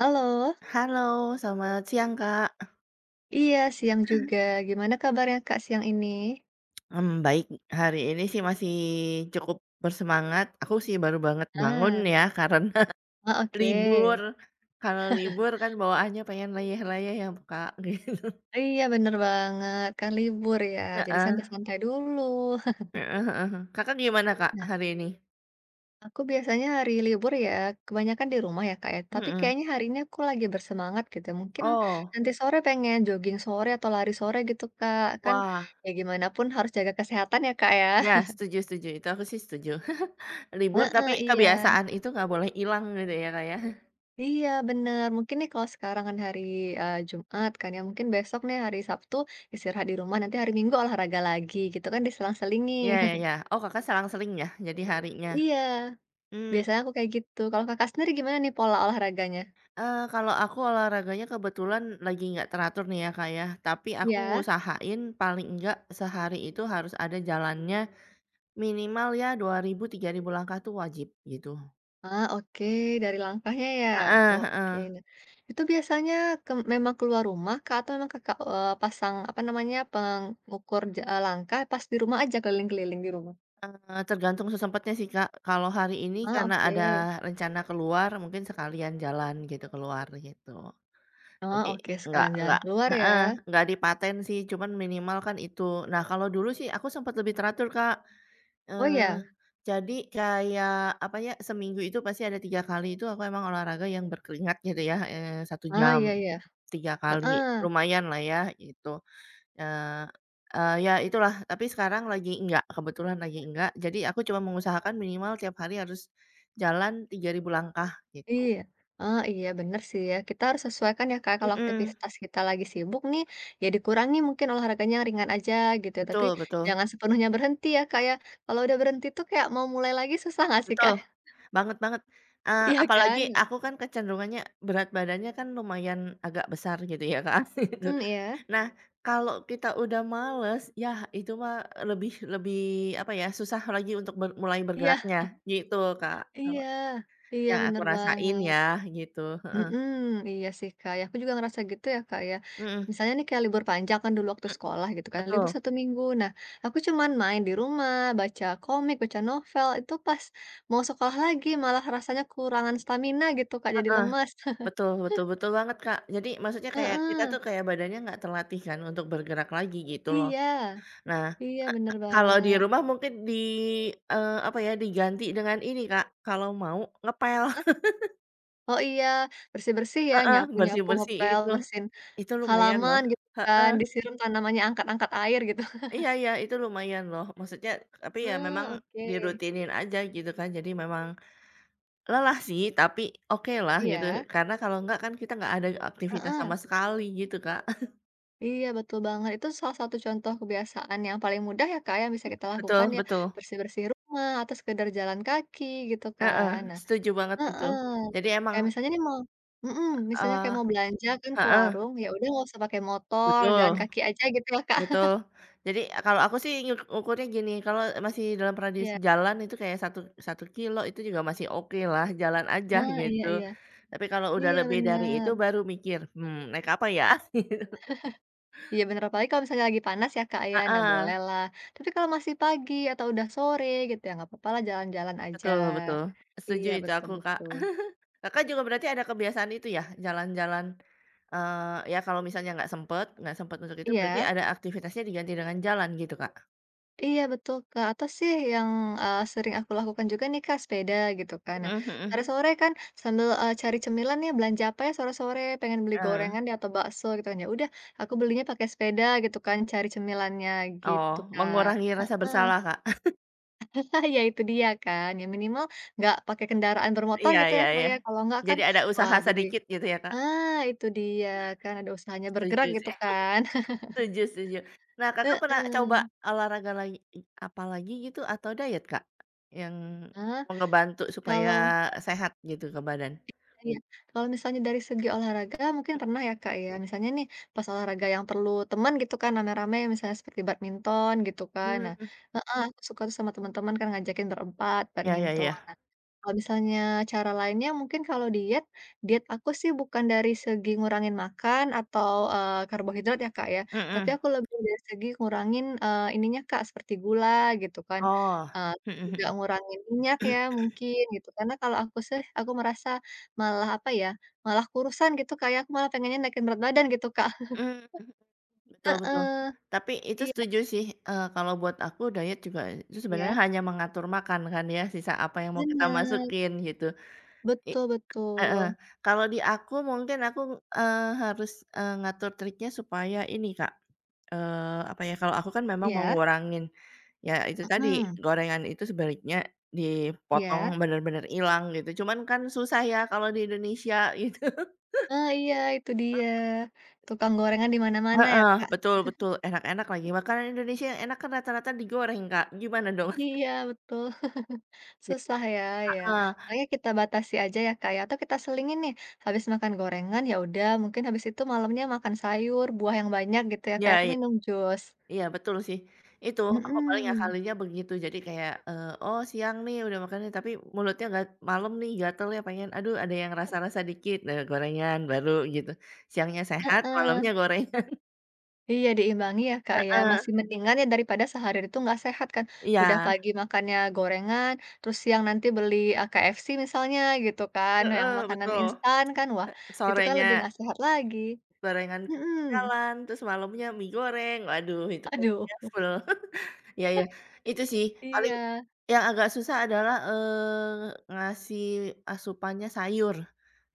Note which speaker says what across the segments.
Speaker 1: Halo,
Speaker 2: Halo, selamat siang, Kak.
Speaker 1: iya siang juga. Gimana kabarnya Kak siang ini?
Speaker 2: Baik, hari ini sih masih cukup bersemangat. Aku sih baru banget bangun
Speaker 1: Ah,
Speaker 2: ya karena
Speaker 1: oh oke.
Speaker 2: libur. Kalau libur kan bawaannya pengen layeh-layeh ya, Kak, gitu.
Speaker 1: Iya bener banget, kan libur ya, jadi
Speaker 2: Heeh,
Speaker 1: santai-santai dulu.
Speaker 2: heeh heeh. Kakak gimana, Kak,
Speaker 1: Nah,
Speaker 2: hari ini?
Speaker 1: aku biasanya hari libur ya, kebanyakan di rumah ya Kak ya, tapi
Speaker 2: Mhm.
Speaker 1: kayaknya hari ini aku lagi bersemangat gitu. Mungkin
Speaker 2: Oh,
Speaker 1: nanti sore pengen jogging sore atau lari sore gitu Kak, kan
Speaker 2: wah,
Speaker 1: ya gimana pun harus jaga kesehatan ya Kak ya.
Speaker 2: ya setuju setuju, itu aku sih setuju. Libur tapi
Speaker 1: Heeh, iya.
Speaker 2: kebiasaan itu nggak boleh hilang gitu ya, Kak, ya.
Speaker 1: Iya bener, mungkin nih kalau sekarang kan hari, Jumat kan ya, mungkin besok nih hari Sabtu istirahat di rumah, nanti hari Minggu olahraga lagi gitu kan diselang-selingi.
Speaker 2: Ya ya. Iya. Oh, Kakak selang-seling ya jadi harinya?
Speaker 1: Iya,
Speaker 2: Mmm.
Speaker 1: biasanya aku kayak gitu. Kalau Kakak sendiri gimana nih pola olahraganya?
Speaker 2: Kalau aku olahraganya kebetulan lagi nggak teratur nih ya, Kak, ya, tapi aku
Speaker 1: Iya?
Speaker 2: ngusahain paling enggak sehari itu harus ada jalannya minimal ya 2.000-3.000 langkah tuh wajib gitu.
Speaker 1: Ah, oke, dari langkahnya ya?
Speaker 2: Heeh
Speaker 1: Oh, oke.
Speaker 2: heeh,
Speaker 1: Nah, itu biasanya memang keluar rumah kah atau memang Kakak, pasang apa namanya, pengukur langkah pas di rumah aja keliling-keliling di rumah?
Speaker 2: tergantung sesempatnya sih, Kak. Kalau hari ini
Speaker 1: Ah,
Speaker 2: karena ada
Speaker 1: oke.
Speaker 2: rencana keluar mungkin sekalian jalan gitu keluar gitu.
Speaker 1: Ah,
Speaker 2: Jadi
Speaker 1: oke,
Speaker 2: nggak
Speaker 1: sekalian jalan
Speaker 2: nggak
Speaker 1: keluar ya?
Speaker 2: heeh, nggak dipaten sih cuman minimal kan itu. Nah kalau dulu sih aku sempat lebih teratur, Kak.
Speaker 1: Oh, ya.
Speaker 2: Eee, jadi kayak, apa ya, seminggu itu pasti ada 3 kali itu aku emang olahraga yang berkeringat gitu ya, 1
Speaker 1: Ah,
Speaker 2: jam
Speaker 1: iya iya.
Speaker 2: 3 kali,
Speaker 1: Heeh,
Speaker 2: lumayan lah ya gitu. Eee eee, Ya itulah, tapi sekarang lagi enggak, kebetulan lagi enggak, jadi aku cuma mengusahakan minimal tiap hari harus jalan 3.000 langkah gitu.
Speaker 1: iya. Oh, iya bener sih ya, kita harus sesuaikan ya kayak kalau
Speaker 2: Mhm,
Speaker 1: aktivitas kita lagi sibuk nih, ya dikurangi mungkin olahraganya yang ringan aja gitu ya, tapi
Speaker 2: betul betul
Speaker 1: jangan sepenuhnya berhenti ya kayak kalau udah berhenti tuh kayak mau mulai lagi susah nggak sih
Speaker 2: betul,
Speaker 1: Kak?
Speaker 2: banget banget.
Speaker 1: Iya
Speaker 2: Apalagi
Speaker 1: kan?
Speaker 2: aku kan kecenderungannya berat badannya kan lumayan agak besar gitu ya, Kak, gitu.
Speaker 1: Hmm, iya.
Speaker 2: Nah, kalau kita udah males, ya itu mah lebih lebih apa ya, susah lagi untuk mulai
Speaker 1: Iya
Speaker 2: bergeraknya, gitu Kak,
Speaker 1: iya.
Speaker 2: kalau
Speaker 1: Iya
Speaker 2: yang aku
Speaker 1: bener
Speaker 2: rasain
Speaker 1: banget.
Speaker 2: ya, gitu, heeh,
Speaker 1: Mhm, iya sih, Kak, ya aku juga ngerasa gitu ya, Kak, ya.
Speaker 2: mhm,
Speaker 1: Misalnya nih kayak libur panjang kan dulu waktu
Speaker 2: mmm,
Speaker 1: sekolah gitu kan, libur
Speaker 2: betul,
Speaker 1: satu minggu. Nah, aku cuman main di rumah, baca komik, baca novel, itu pas mau sekolah lagi malah rasanya kurangan stamina gitu, Kak, jadi
Speaker 2: heeh,
Speaker 1: lemas.
Speaker 2: betul betul betul banget Kak. Jadi maksudnya kayak kita
Speaker 1: Heeh,
Speaker 2: tuh kayak badannya nggak terlatih kan untuk bergerak lagi gitu loh.
Speaker 1: iya
Speaker 2: Nah,
Speaker 1: iya, bener
Speaker 2: kalau di
Speaker 1: banget.
Speaker 2: rumah mungkin apa ya, diganti dengan ini Kak, kalau mau ngepel,
Speaker 1: Oh, iya, bersih-bersih ya,
Speaker 2: heeh,
Speaker 1: nyapu-nyapu,
Speaker 2: bersih-bersih
Speaker 1: ngepel, bersihin
Speaker 2: itu lumayan
Speaker 1: halaman
Speaker 2: loh,
Speaker 1: gitu kan,
Speaker 2: heeh.
Speaker 1: disiram tanamannya, angkat-angkat air gitu.
Speaker 2: Iya iya, itu lumayan loh, maksudnya tapi ya
Speaker 1: Ah,
Speaker 2: memang
Speaker 1: oke.
Speaker 2: dirutinin aja gitu kan, jadi memang lelah sih, tapi oke lah gitu,
Speaker 1: Iya,
Speaker 2: karena kalau enggak kan kita nggak ada aktivitas
Speaker 1: heeh.
Speaker 2: sama sekali gitu, Kak.
Speaker 1: Iya, betul banget. Itu salah satu contoh kebiasaan yang paling mudah ya, Kak, yang bisa kita lakukan
Speaker 2: Betul
Speaker 1: ya,
Speaker 2: betul,
Speaker 1: bersih-bersih rumah atau sekedar jalan kaki gitu
Speaker 2: heeh,
Speaker 1: kan. Nah,
Speaker 2: setuju banget itu.
Speaker 1: heeh,
Speaker 2: Jadi emang,
Speaker 1: kayak misalnya nih mhm, misalnya kayak
Speaker 2: eee
Speaker 1: mau belanja kan ke
Speaker 2: heeh,
Speaker 1: warung, ya udah nggak usah pakai motor, jalan
Speaker 2: betul
Speaker 1: kaki aja gitu ya, Kak.
Speaker 2: betul. Jadi kalau aku sih ngukurnya gini, kalau masih dalam radius
Speaker 1: Iya.
Speaker 2: jalan itu kayak satu satu kilo itu juga masih oke lah jalan aja
Speaker 1: Nah, iya
Speaker 2: gitu.
Speaker 1: iya.
Speaker 2: Tapi kalau udah
Speaker 1: Iya,
Speaker 2: lebih dari itu
Speaker 1: bener.
Speaker 2: baru mikir, "Mmm, naik apa ya?"
Speaker 1: Iya, bener, apalagi kalau misalnya lagi panas ya, Kak, ya, nah
Speaker 2: Heeh,
Speaker 1: boleh lah. Tapi kalau masih pagi atau udah sore gitu ya, nggak apa-apa lah jalan-jalan aja.
Speaker 2: betul betul. Setuju
Speaker 1: Iya,
Speaker 2: itu
Speaker 1: betul
Speaker 2: aku, Kak.
Speaker 1: betul.
Speaker 2: Kakak juga berarti ada kebiasaan itu ya, jalan-jalan, ya kalau misalnya nggak sempet untuk itu berarti
Speaker 1: Iya?
Speaker 2: ada aktivitasnya diganti dengan jalan gitu, Kak?
Speaker 1: Iya betul, Kak, atau sih yang, sering aku lakukan juga nih, Kak, sepeda gitu kan. Nah,
Speaker 2: Mhm mhm.
Speaker 1: sore-sore kan sambil, cari cemilan nih belanja apa ya sore-sore, pengen beli
Speaker 2: Heeh.
Speaker 1: gorengan deh atau bakso gitu kan, ya udah aku belinya pakai sepeda gitu kan cari cemilannya
Speaker 2: Oh,
Speaker 1: gitu, Kak.
Speaker 2: mengurangi rasa bersalah, Kak.
Speaker 1: Heeh, ya itu dia kan, ya minimal nggak pakai kendaraan bermotor
Speaker 2: Iya
Speaker 1: gitu ya,
Speaker 2: iya
Speaker 1: Kak,
Speaker 2: iya.
Speaker 1: ya, kalau nggak kan
Speaker 2: Jadi ada
Speaker 1: wah
Speaker 2: usaha
Speaker 1: jadi,
Speaker 2: sedikit gitu ya, Kak?
Speaker 1: ah, itu dia kan ada usahanya bergerak
Speaker 2: Setuju
Speaker 1: gitu
Speaker 2: sih,
Speaker 1: kan.
Speaker 2: setuju setuju. Nah, Kakak pernah coba
Speaker 1: Heeh.
Speaker 2: olahraga lagi apa lagi gitu atau diet, Kak? Yang
Speaker 1: Heeh,
Speaker 2: ngebantu supaya
Speaker 1: kalau.
Speaker 2: sehat gitu ke badan?
Speaker 1: Iya, kalau misalnya dari segi olahraga mungkin pernah ya Kak ya, misalnya nih pas olahraga yang perlu teman gitu kan rame-rame misalnya seperti badminton gitu kan. Nah,
Speaker 2: Mmm,
Speaker 1: heeh, aku suka tuh sama teman-teman kan ngajakin berempat
Speaker 2: ya ya
Speaker 1: badminton.
Speaker 2: ya.
Speaker 1: Nah, kalau misalnya cara lainnya mungkin diet aku sih bukan dari segi ngurangin makan atau karbohidrat ya Kak ya, tapi
Speaker 2: Mhm.
Speaker 1: aku lebih dari segi ngurangin, ininya Kak, seperti gula gitu kan,
Speaker 2: Oh,
Speaker 1: eee,
Speaker 2: mhm
Speaker 1: juga
Speaker 2: mhm,
Speaker 1: ngurangin minyak ya mungkin gitu. Karena kalau aku sih, aku merasa Malah apa ya, malah kurusan gitu Kak ya, aku malah pengennya naikin berat badan gitu Kak.
Speaker 2: mmm, betul betul.
Speaker 1: Heeh,
Speaker 2: Tapi itu
Speaker 1: iya
Speaker 2: setuju sih, kalau buat aku diet juga itu sebenarnya
Speaker 1: iya,
Speaker 2: hanya mengatur makan kan ya, sisa apa yang mau kita
Speaker 1: bener,
Speaker 2: masukin gitu. I
Speaker 1: betul
Speaker 2: heeh,
Speaker 1: betul.
Speaker 2: kalau di aku mungkin aku, harus, ngatur triknya supaya ini Kak, apa ya, kalau aku kan memang mau
Speaker 1: Iya,
Speaker 2: ngurangin, ya itu tadi
Speaker 1: mhm,
Speaker 2: gorengan itu sebaliknya dipotong
Speaker 1: iya.
Speaker 2: bener-bener ilang gitu, cuman kan susah ya kalau di Indonesia.
Speaker 1: Ah, iya, itu dia, tukang gorengan di mana-mana ya,
Speaker 2: Heeh,
Speaker 1: Kak.
Speaker 2: betul betul, enak-enak lagi. Makanan Indonesia yang enak kan rata-rata digoreng, Kak. Gimana dong?
Speaker 1: Iya, betul,
Speaker 2: Ja
Speaker 1: susah ya,
Speaker 2: heeh,
Speaker 1: makanya kita batasi aja ya Kak ya, atau kita selingin nih, habis makan gorengan ya udah mungkin habis itu malamnya makan sayur, buah yang banyak gitu ya Kak
Speaker 2: iya
Speaker 1: ya, atau
Speaker 2: iya
Speaker 1: minum jus.
Speaker 2: iya, betul sih. Itu, aku paling
Speaker 1: Mhm,
Speaker 2: ngakalinnya begitu. Jadi kayak, "Oh siang nih udah makannya tapi mulutnya nggak malam nih gatel ya pengen, "Aduh ada yang rasa-rasa dikit," gorengan baru gitu. Siangnya sehat,
Speaker 1: heeh.
Speaker 2: malamnya gorengan
Speaker 1: Iya, diimbangi ya, Kak, ya,
Speaker 2: heeh,
Speaker 1: masih mendingan ya daripada sehari itu nggak sehat kan, udah
Speaker 2: iya,
Speaker 1: pagi makannya gorengan, terus siang nanti beli, KFC misalnya gitu kan, yang
Speaker 2: heeh,
Speaker 1: makanan
Speaker 2: betul.
Speaker 1: instan kan, wah itu kan lebih
Speaker 2: Sorenya
Speaker 1: nggak sehat lagi.
Speaker 2: gorengan
Speaker 1: Mhm,
Speaker 2: jalan terus malamnya mie goreng, waduh itu
Speaker 1: aduh,
Speaker 2: kayaknya full. Iya iya, itu sih paling
Speaker 1: iya,
Speaker 2: yang agak susah adalah, ngasih asupannya sayur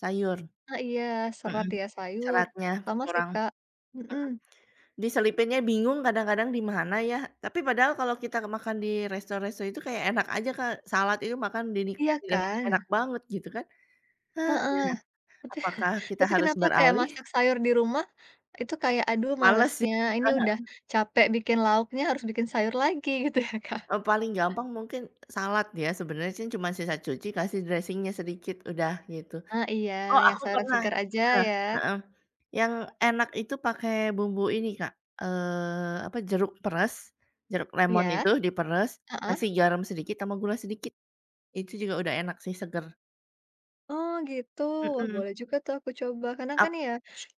Speaker 2: sayur,
Speaker 1: ah, iya, serat
Speaker 2: mhm,
Speaker 1: ya sayur,
Speaker 2: seratnya
Speaker 1: sama sih,
Speaker 2: kurang,
Speaker 1: Kak, mhm,
Speaker 2: diselipinnya bingung kadang-kadang di mana ya, tapi padahal kalau kita makan di resto-resto itu kayak enak aja Kak, salad itu makan
Speaker 1: iya
Speaker 2: dinikmati dengan
Speaker 1: kan?
Speaker 2: enak banget gitu kan. Hah, ya
Speaker 1: Heeh, tapi
Speaker 2: apakah kita
Speaker 1: tapi
Speaker 2: harus
Speaker 1: kenapa kayak
Speaker 2: beralih?
Speaker 1: masak sayur di rumah itu kayak, aduh
Speaker 2: Males ya,
Speaker 1: malesnya, ini udah
Speaker 2: heeh,
Speaker 1: capek bikin lauknya harus bikin sayur lagi gitu ya, Kak?
Speaker 2: paling gampang mungkin salad ya sebenarnya sih cuma sisa cuci kasih dressing-nya sedikit udah gitu.
Speaker 1: Ah, iya,
Speaker 2: Oh
Speaker 1: yang
Speaker 2: aku
Speaker 1: sayuran
Speaker 2: pernah
Speaker 1: segar aja
Speaker 2: Nah,
Speaker 1: ya.
Speaker 2: heeh, yang enak itu pakai bumbu ini Kak, apa, jeruk peres, jeruk lemon
Speaker 1: Iya,
Speaker 2: itu diperes,
Speaker 1: heeh.
Speaker 2: kasih garam sedikit sama gula sedikit, itu juga udah enak sih, seger.
Speaker 1: Oh, gitu, wah
Speaker 2: Mhm,
Speaker 1: boleh juga tuh aku coba karena
Speaker 2: ak
Speaker 1: kan ya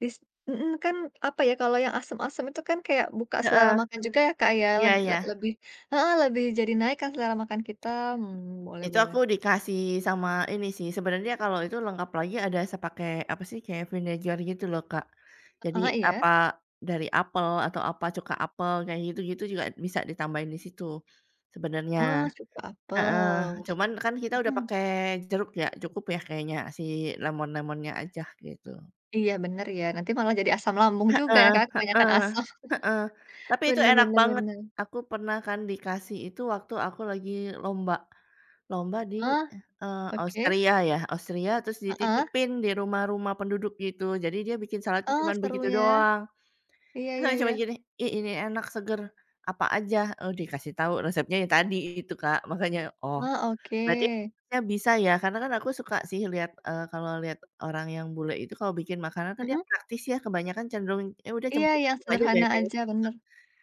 Speaker 1: dis mhm, kan apa ya, kalau yang asem-asem itu kan kayak buka selera
Speaker 2: heeh,
Speaker 1: makan juga ya, Kak, ya,
Speaker 2: iya
Speaker 1: leg le
Speaker 2: iya,
Speaker 1: lebih heeh, lebih jadi naik kan selera makan kita, mmm, boleh
Speaker 2: itu
Speaker 1: boleh.
Speaker 2: aku dikasih sama ini sih, sebenarnya kalau itu lengkap lagi ada saya pakai, apa sih, kayak vinegar gitu loh Kak. Jadi
Speaker 1: Heeh, iya.
Speaker 2: apa, dari apel atau apa, cuka apel, kayak gitu-gitu juga bisa ditambahin di situ, sebenarnya.
Speaker 1: Oh, sup
Speaker 2: Heeh,
Speaker 1: apel,
Speaker 2: cuman kan kita udah
Speaker 1: mhm,
Speaker 2: pakai jeruk ya, cukup ya kayaknya lemon-lemonnya aja gitu.
Speaker 1: iya bener ya, nanti malah jadi asam lambung juga
Speaker 2: Heeh
Speaker 1: ya, Kak, kebanyakan
Speaker 2: heeh
Speaker 1: asam.
Speaker 2: heeh, tapi itu
Speaker 1: Bener
Speaker 2: enak
Speaker 1: bener
Speaker 2: banget.
Speaker 1: bener.
Speaker 2: Aku pernah kan dikasih itu waktu aku lagi lomba, lomba di,
Speaker 1: Ah,
Speaker 2: eee,
Speaker 1: oke,
Speaker 2: Austria ya, Austria terus
Speaker 1: heeh,
Speaker 2: dititipin di rumah-rumah penduduk gitu. Jadi dia bikin salad tuh
Speaker 1: oh
Speaker 2: cuman
Speaker 1: seru
Speaker 2: begitu
Speaker 1: ya,
Speaker 2: doang.
Speaker 1: iya
Speaker 2: Terus
Speaker 1: iya
Speaker 2: aku
Speaker 1: iya.
Speaker 2: cuman gini, "Ih ini enak, seger." Apa aja? Oh dikasih tahu resepnya ya tadi itu Kak, makanya, oh
Speaker 1: Wah, oke.
Speaker 2: berarti ya bisa ya, karena kan aku suka sih lihat, kalau lihat orang yang bule itu kalau bikin makanan kan dia
Speaker 1: Mhm,
Speaker 2: praktis ya, kebanyakan cenderung, ya udah
Speaker 1: iya yang
Speaker 2: campur-campur aja
Speaker 1: sederhana
Speaker 2: bareng.
Speaker 1: aja, bener.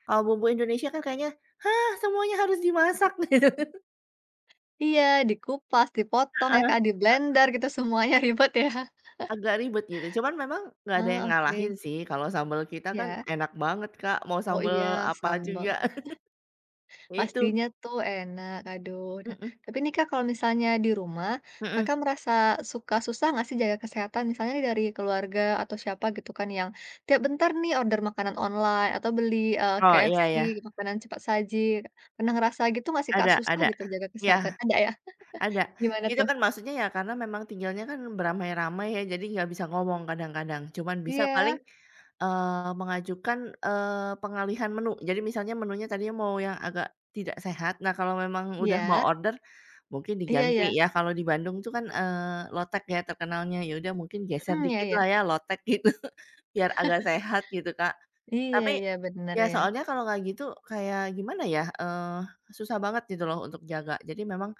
Speaker 2: Kalau bumbu Indonesia kan kayaknya, "Hah, semuanya harus dimasak," gitu.
Speaker 1: Iya, dikupas, dipotong ya
Speaker 2: Heeh,
Speaker 1: Kak, di blender gitu semuanya ribet ya.
Speaker 2: agak ribet gitu, cuman memang nggak ada yang
Speaker 1: Oh,
Speaker 2: ngalahin
Speaker 1: oke,
Speaker 2: sih, kalau sambel kita kan
Speaker 1: iya.
Speaker 2: enak banget, Kak, mau
Speaker 1: Oh, iya,
Speaker 2: sambel apa
Speaker 1: sambel,
Speaker 2: juga. Ya itu,
Speaker 1: pastinya tuh enak, aduh. Nah,
Speaker 2: mhm
Speaker 1: tapi nih Kak, kalau misalnya di rumah,
Speaker 2: mhm.
Speaker 1: Kakak merasa suka susah nggak sih jaga kesehatan? Misalnya nih dari keluarga atau siapa gitu kan yang tiap bentar nih order makanan online atau beli,
Speaker 2: Oh, iya
Speaker 1: KFC,
Speaker 2: iya.
Speaker 1: makanan cepat saji. Pernah ngerasa gitu nggak sih Kak,
Speaker 2: Ada
Speaker 1: susah
Speaker 2: ada.
Speaker 1: gitu jaga
Speaker 2: Iya.
Speaker 1: kesehatan? Ada ya?
Speaker 2: Ada.
Speaker 1: Gimana
Speaker 2: Itu
Speaker 1: tuh?
Speaker 2: kan maksudnya ya karena memang tinggalnya kan beramai-ramai ya, jadi nggak bisa ngomong kadang-kadang, cuman bisa paling,
Speaker 1: Iya,
Speaker 2: mengajukan, pengalihan menu. Jadi misalnya menunya tadinya mau yang agak tidak sehat, nah kalau memang udah mau
Speaker 1: iya.
Speaker 2: order, mungkin
Speaker 1: Iya
Speaker 2: diganti
Speaker 1: ya,
Speaker 2: ya, kalau di Bandung tuh kan, lotek ya terkenalnya, ya udah mungkin geser
Speaker 1: mhm, iya
Speaker 2: dikit
Speaker 1: iya.
Speaker 2: lah ya lotek gitu, biar agak sehat gitu Kak.
Speaker 1: Iya
Speaker 2: Tapi,
Speaker 1: iya, bener
Speaker 2: ya
Speaker 1: ya.
Speaker 2: soalnya kalau nggak gitu kayak gimana ya, susah banget gitu loh untuk jaga. Jadi memang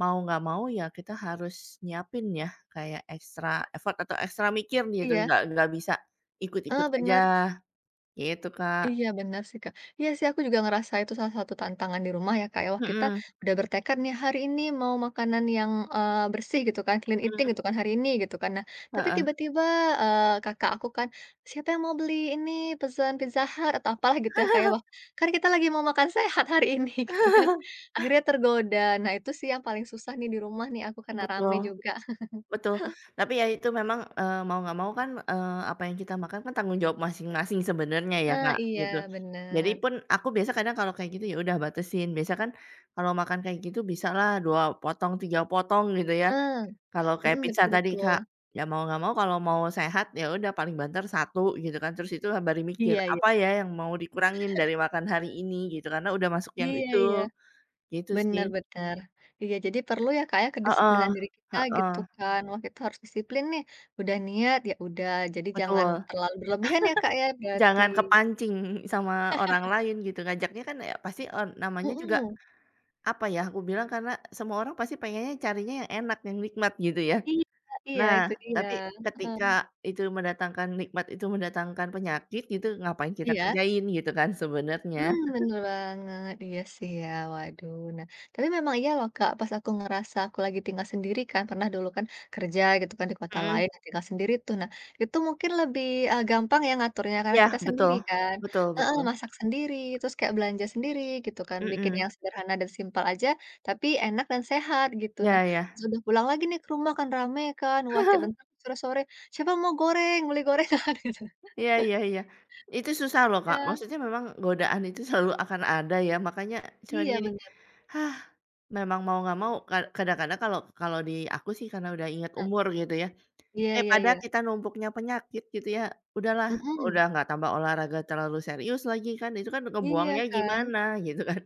Speaker 2: mau nggak mau ya kita harus nyiapin ya kayak ekstra effort atau ekstra mikir gitu,
Speaker 1: Iya,
Speaker 2: nggak bisa ikut-ikut
Speaker 1: heeh,
Speaker 2: aja
Speaker 1: bener.
Speaker 2: gitu, Kak.
Speaker 1: Iya, bener sih, Kak. Iya sih, aku juga ngerasa itu salah satu tantangan di rumah ya, Kak, ya. Wah, kita
Speaker 2: Mhm
Speaker 1: udah bertekad nih hari ini mau makanan yang, bersih gitu kan, clean eating
Speaker 2: mhm,
Speaker 1: gitu kan hari ini gitu kan. Nah, tapi
Speaker 2: heeh.
Speaker 1: tiba-tiba, kakak aku kan, "Siapa yang mau beli ini, pesen Pizza Hut," atau apalah gitu ya, Kak, ya. Wah, kan kita lagi mau makan sehat hari ini gitu kan. Akhirnya tergoda. Nah, itu sih yang paling susah nih di rumah nih aku karena rame
Speaker 2: Betul.
Speaker 1: juga.
Speaker 2: Betul, tapi ya itu memang, mau nggak mau kan, apa yang kita makan kan tanggung jawab masing-masing sebenarnya ya,
Speaker 1: Heeh,
Speaker 2: Kak,
Speaker 1: iya,
Speaker 2: gitu. Jadi
Speaker 1: bener.
Speaker 2: pun aku biasa kadang kalau kayak gitu ya udah batasin, biasa kan kalau makan kayak gitu bisalah 2 potong, 3 potong gitu ya,
Speaker 1: Eee,
Speaker 2: kalau kayak
Speaker 1: mhm,
Speaker 2: pizza
Speaker 1: betul
Speaker 2: tadi, Kak.
Speaker 1: betul.
Speaker 2: Ya mau nggak mau kalau mau sehat ya udah paling banter satu gitu kan, terus itu baru mikir,
Speaker 1: Iya iya.
Speaker 2: apa ya yang mau dikurangin dari makan hari ini gitu, karena udah masuk yang
Speaker 1: Iya iya.
Speaker 2: itu, gitu sih.
Speaker 1: Bener bener. Iya, jadi perlu ya, Kak, ya,
Speaker 2: Heeh,
Speaker 1: kedisiplinan diri kita gitu
Speaker 2: heeh,
Speaker 1: kan. Wah, kita harus disiplin nih, udah niat, ya udah. Jadi jangan
Speaker 2: betul.
Speaker 1: terlalu berlebihan ya, Kak, ya, berarti.
Speaker 2: Jangan kepancing sama orang lain gitu, ngajaknya kan ya pasti, namanya juga,
Speaker 1: Mhm.
Speaker 2: apa ya, aku bilang karena semua orang pasti pengennya carinya yang enak, yang nikmat gitu ya.
Speaker 1: Iya iya,
Speaker 2: Nah,
Speaker 1: itu dia.
Speaker 2: tapi
Speaker 1: Heeh.
Speaker 2: ketika itu mendatangkan nikmat itu mendatangkan penyakit gitu, ngapain kita
Speaker 1: Iya?
Speaker 2: kerjain gitu kan sebenarnya.
Speaker 1: Mmm, bener banget, iya sih ya, waduh. Nah, tapi memang iya loh, Kak, pas aku ngerasa aku lagi tinggal sendiri kan, pernah dulu kan kerja gitu kan di kota
Speaker 2: Mhm,
Speaker 1: lain, nah tinggal sendiri tuh. Nah, itu mungkin lebih, gampang ya ngaturnya karena
Speaker 2: iya
Speaker 1: kita
Speaker 2: betul,
Speaker 1: sendiri kan
Speaker 2: betul
Speaker 1: heeh,
Speaker 2: betul,
Speaker 1: masak sendiri, terus kayak belanja sendiri gitu kan, bikin
Speaker 2: mhm,
Speaker 1: yang sederhana dan simpel aja, tapi enak dan sehat gitu. Nah,
Speaker 2: ya iya.
Speaker 1: sudah pulang lagi nih ke rumah kan rame kan, wah tiap bentar sore-sore, "Siapa mau goreng? Beli gorengan," gitu.
Speaker 2: Iya iya iya. Itu susah loh, Kak,
Speaker 1: Iya
Speaker 2: maksudnya memang godaan itu selalu akan ada ya, makanya cuman
Speaker 1: iya
Speaker 2: gini,
Speaker 1: bener,
Speaker 2: "Hah, memang mau nggak mau," kadang-kadang kalau kalau di aku sih karena udah ingat
Speaker 1: Kak.
Speaker 2: umur gitu ya,
Speaker 1: Iya iya
Speaker 2: daripada
Speaker 1: iya,
Speaker 2: kita numpuknya penyakit gitu ya, udahlah,
Speaker 1: mhm.
Speaker 2: udah nggak tambah olahraga terlalu serius lagi kan, itu kan
Speaker 1: Iya
Speaker 2: ngebuangnya
Speaker 1: kan?
Speaker 2: gimana gitu kan.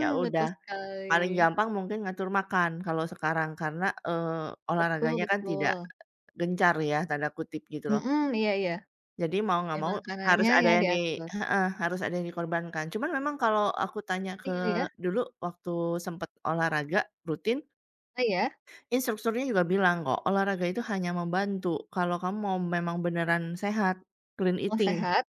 Speaker 2: Ya udah,
Speaker 1: betul sekali.
Speaker 2: paling gampang mungkin ngatur makan kalau sekarang karena,
Speaker 1: Betul
Speaker 2: olahraganya kan tidak
Speaker 1: betul.
Speaker 2: gencar ya, tanda kutip gitu loh.
Speaker 1: Mhm, iya iya.
Speaker 2: Jadi mau
Speaker 1: Ya
Speaker 2: nggak mau harus
Speaker 1: makanannya
Speaker 2: ada
Speaker 1: ya
Speaker 2: yang
Speaker 1: diatur.
Speaker 2: heeh, harus ada yang dikorbankan. Cuman memang kalau aku tanya ke
Speaker 1: Iya ya,
Speaker 2: dulu waktu sempet olahraga rutin,
Speaker 1: ah, ya,
Speaker 2: instrukturnya juga bilang kok, "Olahraga itu hanya membantu kalau kamu mau memang beneran sehat, clean
Speaker 1: mau
Speaker 2: eating
Speaker 1: sehat,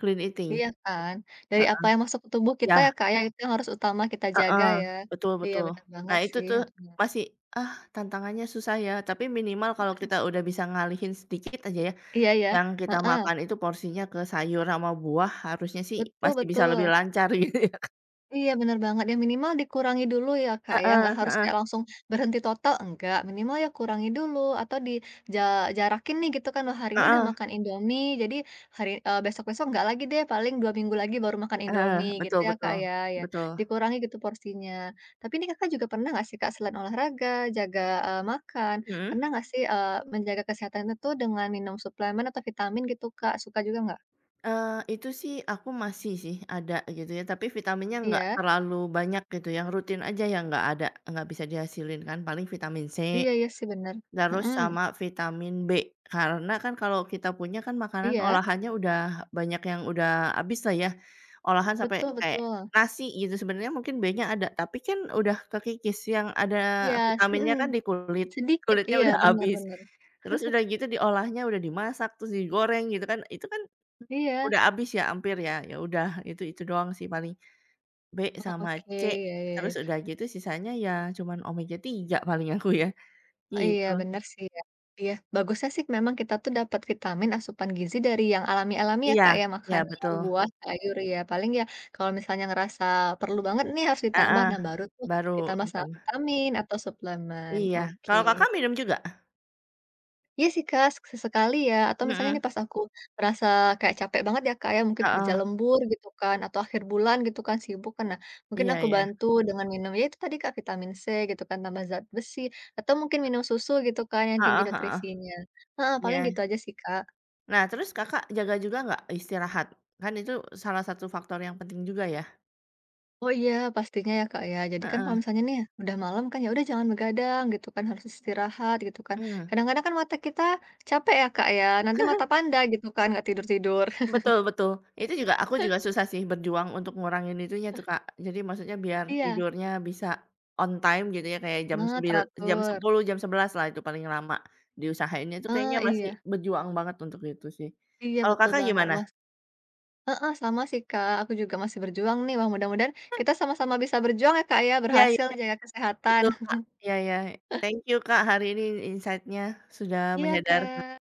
Speaker 2: clean eating."
Speaker 1: iya kan? Dari apa
Speaker 2: Heeh,
Speaker 1: yang masuk ke tubuh kita
Speaker 2: iya,
Speaker 1: ya, Kak, ya, itu yang harus utama kita jaga
Speaker 2: heeh,
Speaker 1: ya.
Speaker 2: betul
Speaker 1: Iya,
Speaker 2: betul.
Speaker 1: benar banget
Speaker 2: Nah itu
Speaker 1: sih,
Speaker 2: tuh
Speaker 1: heeh.
Speaker 2: masih, ah tantangannya susah ya, tapi minimal kalau kita udah bisa ngalihin sedikit aja ya,
Speaker 1: Iya ya,
Speaker 2: yang kita
Speaker 1: heeh,
Speaker 2: makan itu porsinya ke sayur sama buah harusnya sih
Speaker 1: betul
Speaker 2: masih bisa lebih
Speaker 1: betul.
Speaker 2: lancar gitu ya.
Speaker 1: Iya bener banget ya minimal dikurangi dulu ya Kak ya,
Speaker 2: Heeh
Speaker 1: nggak harus
Speaker 2: heeh
Speaker 1: kayak langsung berhenti total enggak, minimal ya kurangi dulu atau di ja jarakin nih gitu kan, "Wah, hari ini udah
Speaker 2: heeh
Speaker 1: makan Indomie jadi besok-besok nggak lagi deh paling 2 minggu lagi baru makan
Speaker 2: heeh,
Speaker 1: Indomie," gitu
Speaker 2: betul
Speaker 1: ya Kak
Speaker 2: betul
Speaker 1: ya, ya
Speaker 2: betul,
Speaker 1: dikurangi gitu porsinya. Tapi ini Kakak juga pernah nggak sih Kak selain olahraga, jaga, makan,
Speaker 2: mhm.
Speaker 1: pernah nggak sih, menjaga kesehatan itu dengan minum suplemen atau vitamin gitu Kak, suka juga nggak?
Speaker 2: Itu sih aku masih sih ada gitu ya, tapi vitaminnya nggak
Speaker 1: Iya?
Speaker 2: terlalu banyak gitu, yang rutin aja yang nggak ada nggak bisa dihasilin kan, paling vitamin C.
Speaker 1: Iya iya sih bener,
Speaker 2: Terus
Speaker 1: mhm,
Speaker 2: sama vitamin B, karena kan kalau kita punya kan makanan
Speaker 1: iya,
Speaker 2: olahannya udah banyak yang udah habis lah ya, olahan sampai
Speaker 1: betul
Speaker 2: kayak
Speaker 1: betul.
Speaker 2: nasi gitu sebenarnya mungkin B-nya ada, tapi kan udah kekikis, yang ada
Speaker 1: Iya,
Speaker 2: vitaminnya
Speaker 1: mhm,
Speaker 2: kan di kulit,
Speaker 1: sedikit,
Speaker 2: kulitnya
Speaker 1: iya,
Speaker 2: udah
Speaker 1: bener
Speaker 2: habis.
Speaker 1: bener.
Speaker 2: Terus udah gitu diolahnya, udah dimasak, terus digoreng gitu kan, itu kan udah
Speaker 1: Iya,
Speaker 2: habis ya hampir ya, ya udah itu doang sih paling B
Speaker 1: oh,
Speaker 2: sama
Speaker 1: oke,
Speaker 2: C,
Speaker 1: iya iya
Speaker 2: terus
Speaker 1: iya.
Speaker 2: udah gitu sisanya ya cuman omega 3 paling aku ya,
Speaker 1: Oh, iya,
Speaker 2: gitu.
Speaker 1: bener sih ya. Iya, bagusnya sih memang kita tuh dapat vitamin, asupan gizi dari yang alami-alami ya,
Speaker 2: Iya
Speaker 1: Kak, ya,
Speaker 2: iya
Speaker 1: makanan,
Speaker 2: betul,
Speaker 1: buah, sayur ya, paling ya kalau misalnya ngerasa perlu banget nih harus ditambah,
Speaker 2: heeh,
Speaker 1: nah baru tuh
Speaker 2: baru
Speaker 1: ditambah sama
Speaker 2: ditambah
Speaker 1: vitamin atau suplemen,
Speaker 2: iya,
Speaker 1: oke.
Speaker 2: kalau Kakak minum juga?
Speaker 1: Iya sih, Kak, sesekali ya, atau misalnya
Speaker 2: Mhm,
Speaker 1: nih pas aku merasa kayak capek banget ya, Kak, ya, mungkin kerja
Speaker 2: heeh,
Speaker 1: lembur gitu kan, atau akhir bulan gitu kan, sibuk kan. Nah, mungkin
Speaker 2: iya
Speaker 1: aku
Speaker 2: iya,
Speaker 1: bantu dengan minum, ya itu tadi, Kak, vitamin C gitu kan, tambah zat besi, atau mungkin minum susu gitu kan yang tinggi
Speaker 2: heeh heeh,
Speaker 1: nutrisinya. Nah, paling
Speaker 2: iya.
Speaker 1: gitu aja sih, Kak.
Speaker 2: Nah terus Kakak jaga juga nggak istirahat? Kan itu salah satu faktor yang penting juga ya?
Speaker 1: Oh, iya, pastinya ya, Kak, ya. Jadi kan
Speaker 2: Heeh,
Speaker 1: kalau misalnya nih udah malam kan, ya udah jangan begadang gitu kan, harus istirahat gitu kan.
Speaker 2: mhm,
Speaker 1: Kadang-kadang kan mata kita capek ya, Kak, ya, nanti mata panda gitu kan, nggak tidur-tidur.
Speaker 2: betul betul, itu juga aku juga susah sih berjuang untuk ngurangin itunya tuh Kak, jadi maksudnya biar
Speaker 1: Iya,
Speaker 2: tidurnya bisa on time gitu ya kayak
Speaker 1: nah
Speaker 2: jam
Speaker 1: teratur.
Speaker 2: 10, jam 11 lah itu paling lama diusahainnya itu
Speaker 1: Ah,
Speaker 2: kayaknya masih
Speaker 1: iya.
Speaker 2: berjuang banget untuk itu sih.
Speaker 1: Iya,
Speaker 2: Kalau
Speaker 1: betul
Speaker 2: Kakak
Speaker 1: banget,
Speaker 2: gimana?
Speaker 1: Mas. Heeh, sama sih, Kak. Aku juga masih berjuang nih. Wah, mudah-mudahan kita sama-sama bisa berjuang ya, Kak, ya.
Speaker 2: Iya iya,
Speaker 1: Berhasil jaga kesehatan.
Speaker 2: betul Kak, iya iya. Thank you Kak, hari ini insight-nya sudah
Speaker 1: Iya,
Speaker 2: menyadar
Speaker 1: Kak.